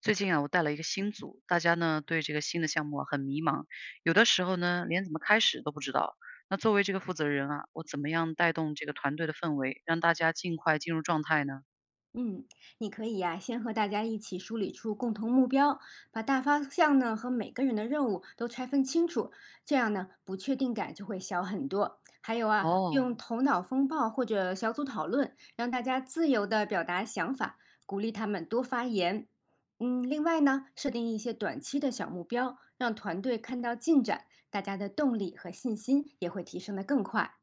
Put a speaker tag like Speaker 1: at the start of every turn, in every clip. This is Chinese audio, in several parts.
Speaker 1: 最近啊，我带了一个新组，大家呢对这个新的项目啊很迷茫，有的时候呢连怎么开始都不知道。那作为这个负责人啊，我怎么样带动这个团队的氛围，让大家尽快进入状态呢？
Speaker 2: 嗯，你可以呀、先和大家一起梳理出共同目标，把大方向呢和每个人的任务都拆分清楚，这样呢不确定感就会小很多。还有啊，
Speaker 1: 哦，
Speaker 2: 用头脑风暴或者小组讨论，让大家自由的表达想法，鼓励他们多发言。另外呢，设定一些短期的小目标，让团队看到进展，大家的动力和信心也会提升得更快。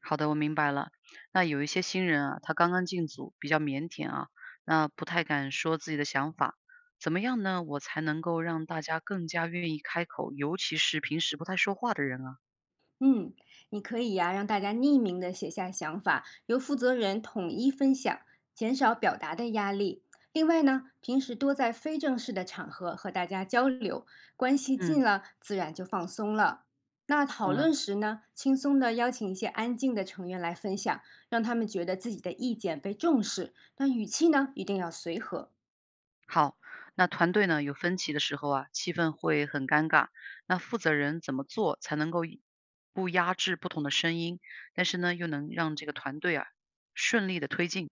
Speaker 1: 好的，我明白了。那有一些新人啊，他刚刚进组，比较腼腆啊，那不太敢说自己的想法。怎么样呢？我才能够让大家更加愿意开口，尤其是平时不太说话的人啊。
Speaker 2: 嗯，你可以呀、让大家匿名的写下想法，由负责人统一分享，减少表达的压力。另外呢，平时多在非正式的场合和大家交流，关系
Speaker 1: 嗯，
Speaker 2: 近了，自然就放松了。那
Speaker 1: 懂
Speaker 2: 讨
Speaker 1: 了。
Speaker 2: 论时呢，轻松的邀请一些安静的成员来分享，让他们觉得自己的意见被重视。那语气呢，一定要随和。
Speaker 1: 好，那团队呢有分歧的时候啊，气氛会很尴尬。那负责人怎么做才能够一不压制不同的声音，但是呢又能让这个团队啊顺利的推进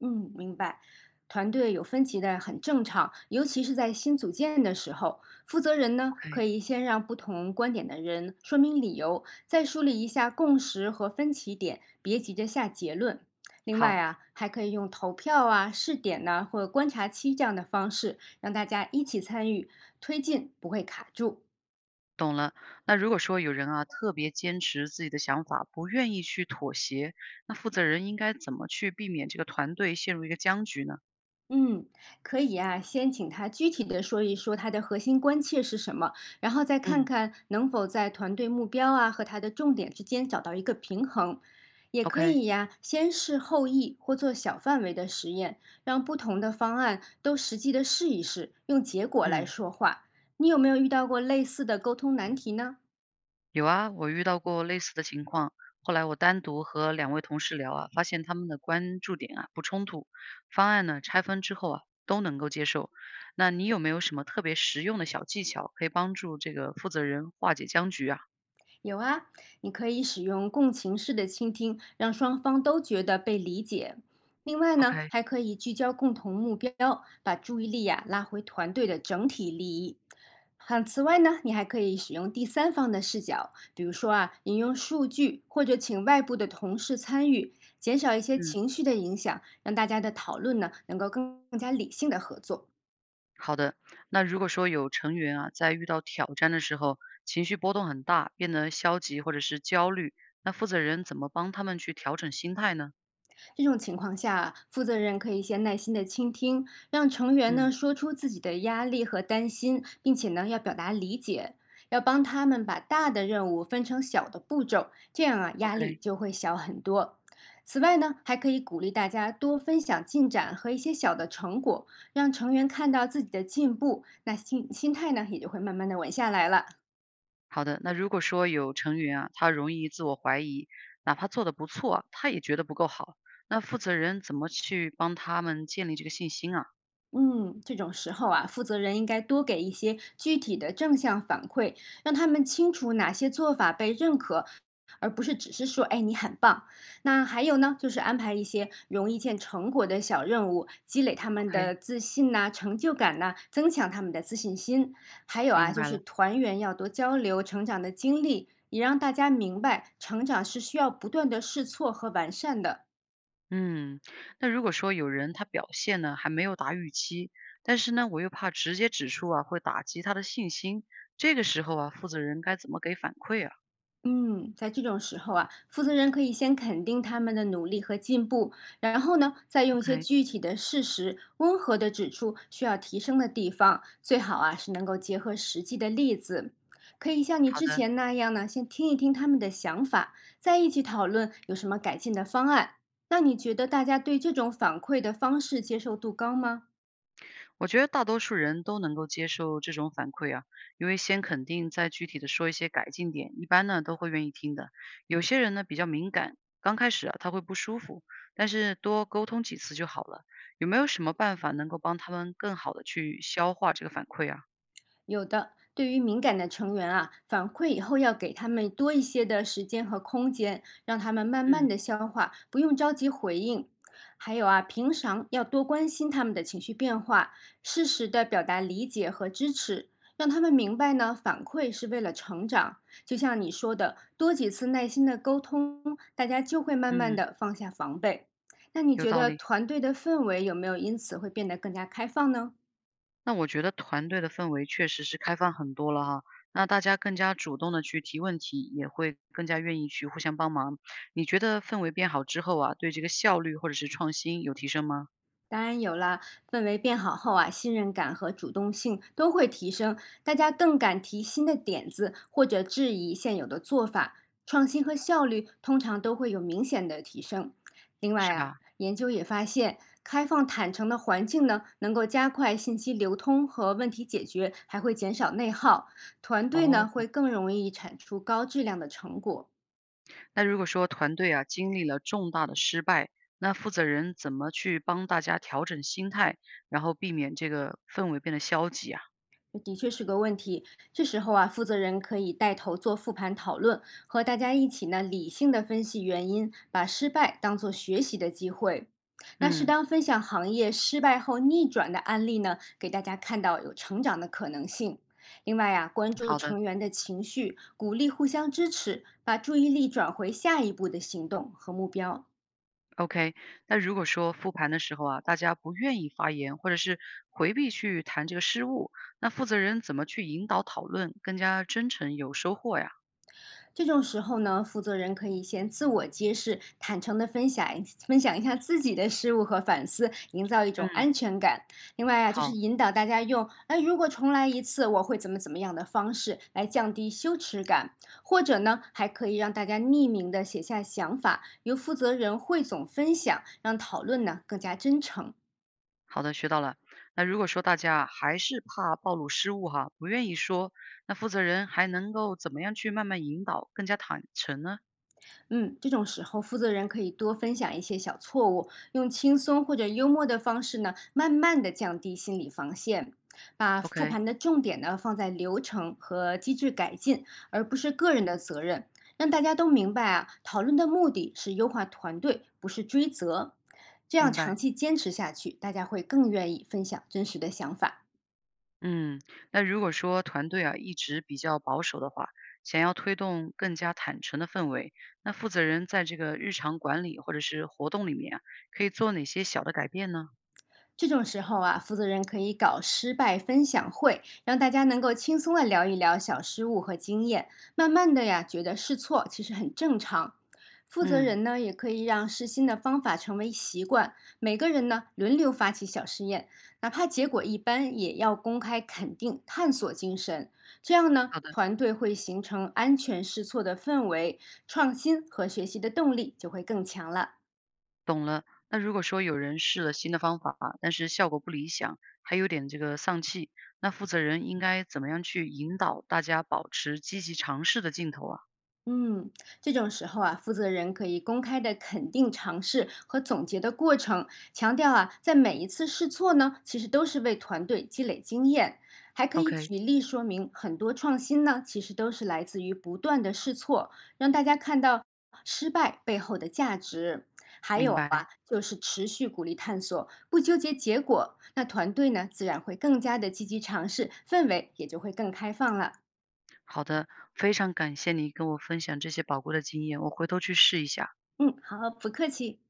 Speaker 2: 嗯，明白。团队有分歧的很正常，尤其是在新组建的时候，负责人呢可
Speaker 1: ？OK，
Speaker 2: 以先让不同观点的人说明理由，再梳理一下共识和分歧点，别急着下结论。另外
Speaker 1: 好，
Speaker 2: 啊，还可以用投票啊、试点呐、或观察期这样的方式，让大家一起参与，推进不会卡住。
Speaker 1: 懂了。那如果说有人啊特别坚持自己的想法，不愿意去妥协，那负责人应该怎么去避免这个团队陷入一个僵局呢？
Speaker 2: 嗯，可以啊，先请他具体的说一说他的核心关切是什么，然后再看
Speaker 1: 嗯
Speaker 2: 看能否在团队目标啊和他的重点之间找到一个平衡。也可
Speaker 1: ，OK，
Speaker 2: 以呀，先试后议或做小范围的实验，让不同的方案都实际的试一试，用结果来
Speaker 1: 嗯。
Speaker 2: 说话。你有没有遇到过类似的沟通难题呢？
Speaker 1: 有啊，我遇到过类似的情况。后来我单独和两位同事聊啊，发现他们的关注点啊不冲突，方案呢拆分之后啊都能够接受。那你有没有什么特别实用的小技巧，可以帮助这个负责人化解僵局啊
Speaker 2: 有啊，你可以使用共情式的倾听，让双方都觉得被理解。另外呢，
Speaker 1: ？OK，
Speaker 2: 还可以聚焦共同目标，把注意力呀、拉回团队的整体利益。好，此外呢，你还可以使用第三方的视角，比如说啊，引用数据或者请外部的同事参与，减少一些
Speaker 1: 嗯，
Speaker 2: 情绪的影响，让大家的讨论呢能够更加理性的合作。
Speaker 1: 好的。那如果说有成员啊在遇到挑战的时候，情绪波动很大，变得消极或者是焦虑，那负责人怎么帮他们去调整心态呢？
Speaker 2: 这种情况下，负责人可以先耐心的倾听，让成员呢
Speaker 1: 嗯
Speaker 2: 说出自己的压力和担心，并且呢要表达理解，要帮他们把大的任务分成小的步骤，这样啊压
Speaker 1: ，OK。
Speaker 2: 力就会小很多。此外呢，还可以鼓励大家多分享进展和一些小的成果，让成员看到自己的进步，那心态呢也就会慢慢的稳下来了。
Speaker 1: 好的，那如果说有成员啊，他容易自我怀疑，哪怕做得不错，他也觉得不够好，那负责人怎么去帮他们建立这个信心啊
Speaker 2: 嗯，这种时候啊，负责人应该多给一些具体的正向反馈，让他们清楚哪些做法被认可，而不是只是说“哎，你很棒”。那还有呢，就是安排一些容易见成果的小任务，积累他们
Speaker 1: ？OK，
Speaker 2: 的自信呐、成就感呐、增强他们的自信心。还有啊，
Speaker 1: 明
Speaker 2: 就
Speaker 1: 白
Speaker 2: 是
Speaker 1: 了。
Speaker 2: 团员要多交流成长的经历，也让大家明白成长是需要不断的试错和完善的。
Speaker 1: 嗯，那如果说有人他表现呢还没有达预期，但是呢我又怕直接指出啊会打击他的信心，这个时候啊负责人该怎么给反馈啊
Speaker 2: 嗯，在这种时候啊，负责人可以先肯定他们的努力和进步，然后呢，再用一些
Speaker 1: ？OK，
Speaker 2: 具体的事实，温和的指出需要提升的地方，最好啊是能够结合实际的例子。可以像你
Speaker 1: 好
Speaker 2: 之
Speaker 1: 的。
Speaker 2: 前那样呢，先听一听他们的想法，再一起讨论有什么改进的方案。那你觉得大家对这种反馈的方式接受度高吗？
Speaker 1: 我觉得大多数人都能够接受这种反馈啊，因为先肯定，再具体的说一些改进点，一般呢都会愿意听的。有些人呢比较敏感，刚开始啊他会不舒服，但是多沟通几次就好了。有没有什么办法能够帮他们更好的去消化这个反馈啊？
Speaker 2: 有的，对于敏感的成员啊，反馈以后要给他们多一些的时间和空间，让他们慢慢
Speaker 1: 嗯
Speaker 2: 的消化，不用着急回应。还有啊，平常要多关心他们的情绪变化，适时的表达理解和支持，让他们明白呢，反馈是为了成长。就像你说的，多几次耐心的沟通，大家就会慢慢
Speaker 1: 嗯，
Speaker 2: 的放下防备。那你
Speaker 1: 有
Speaker 2: 觉
Speaker 1: 道
Speaker 2: 得
Speaker 1: 理。
Speaker 2: 团队的氛围有没有因此会变得更加开放呢？
Speaker 1: 那我觉得团队的氛围确实是开放很多了哈，那大家更加主动的去提问题，也会更加愿意去互相帮忙。你觉得氛围变好之后啊，对这个效率或者是创新有提升吗？
Speaker 2: 当然有啦，氛围变好后啊，信任感和主动性都会提升，大家更敢提新的点子或者质疑现有的做法，创新和效率通常都会有明显的提升。另外
Speaker 1: 是
Speaker 2: 啊，
Speaker 1: 吧？
Speaker 2: 研究也发现，开放坦诚的环境呢，能够加快信息流通和问题解决，还会减少内耗，团队
Speaker 1: 哦，
Speaker 2: 呢会更容易产出高质量的成果。
Speaker 1: 那如果说团队啊经历了重大的失败，那负责人怎么去帮大家调整心态，然后避免这个氛围变得消极啊？
Speaker 2: 的确是个问题。这时候啊，负责人可以带头做复盘讨论，和大家一起呢理性的分析原因，把失败当做学习的机会。那适
Speaker 1: 嗯，
Speaker 2: 当分享行业失败后逆转的案例呢，给大家看到有成长的可能性。另外啊，关注
Speaker 1: 好的。
Speaker 2: 成员的情绪，鼓励互相支持，把注意力转回下一步的行动和目标。
Speaker 1: OK，那如果说复盘的时候啊，大家不愿意发言，或者是回避去谈这个失误，那负责人怎么去引导讨论，更加真诚有收获呀？
Speaker 2: 这种时候呢，负责人可以先自我揭示，坦诚的分享一下自己的失误和反思，营造一种
Speaker 1: 嗯，
Speaker 2: 安全感。另外啊，就是
Speaker 1: 好
Speaker 2: 引导大家用“哎，如果重来一次，我会怎么怎么样的”方式来降低羞耻感，或者呢，还可以让大家匿名的写下想法，由负责人汇总分享，让讨论呢更加真诚。
Speaker 1: 好的，学到了。那如果说大家还是怕暴露失误哈，不愿意说，那负责人还能够怎么样去慢慢引导，更加坦诚呢
Speaker 2: 嗯，这种时候，负责人可以多分享一些小错误，用轻松或者幽默的方式呢，慢慢的降低心理防线，把复
Speaker 1: ？OK，
Speaker 2: 盘的重点呢放在流程和机制改进，而不是个人的责任，让大家都明白啊，讨论的目的是优化团队，不是追责。这样
Speaker 1: 明
Speaker 2: 长
Speaker 1: 白。
Speaker 2: 期坚持下去，大家会更愿意分享真实的想法。
Speaker 1: 嗯，那如果说团队啊一直比较保守的话，想要推动更加坦诚的氛围，那负责人在这个日常管理或者是活动里面啊，可以做哪些小的改变呢？
Speaker 2: 这种时候啊，负责人可以搞失败分享会，让大家能够轻松的聊一聊小失误和经验。慢慢的呀，觉得试错其实很正常。负责
Speaker 1: 嗯，
Speaker 2: 人呢，也可以让试新的方法成为习惯，每个人呢轮流发起小试验，哪怕结果一般，也要公开肯定探索精神。这样呢，
Speaker 1: 好的，
Speaker 2: 团队会形成安全试错的氛围，创新和学习的动力就会更强了。
Speaker 1: 懂了。那如果说有人试了新的方法，但是效果不理想，还有点这个丧气，那负责人应该怎么样去引导大家保持积极尝试的劲头啊
Speaker 2: 嗯，这种时候啊，负责人可以公开的肯定尝试和总结的过程，强调啊，在每一次试错呢，其实都是为团队积累经验，还可以
Speaker 1: ？OK，
Speaker 2: 举例说明，很多创新呢，其实都是来自于不断的试错，让大家看到失败背后的价值。还
Speaker 1: 明
Speaker 2: 有
Speaker 1: 白。
Speaker 2: 啊，就是持续鼓励探索，不纠结结果，那团队呢，自然会更加的积极尝试，氛围也就会更开放了。
Speaker 1: 好的，非常感谢你跟我分享这些宝贵的经验，我回头去试一下。
Speaker 2: 嗯，好，不客气。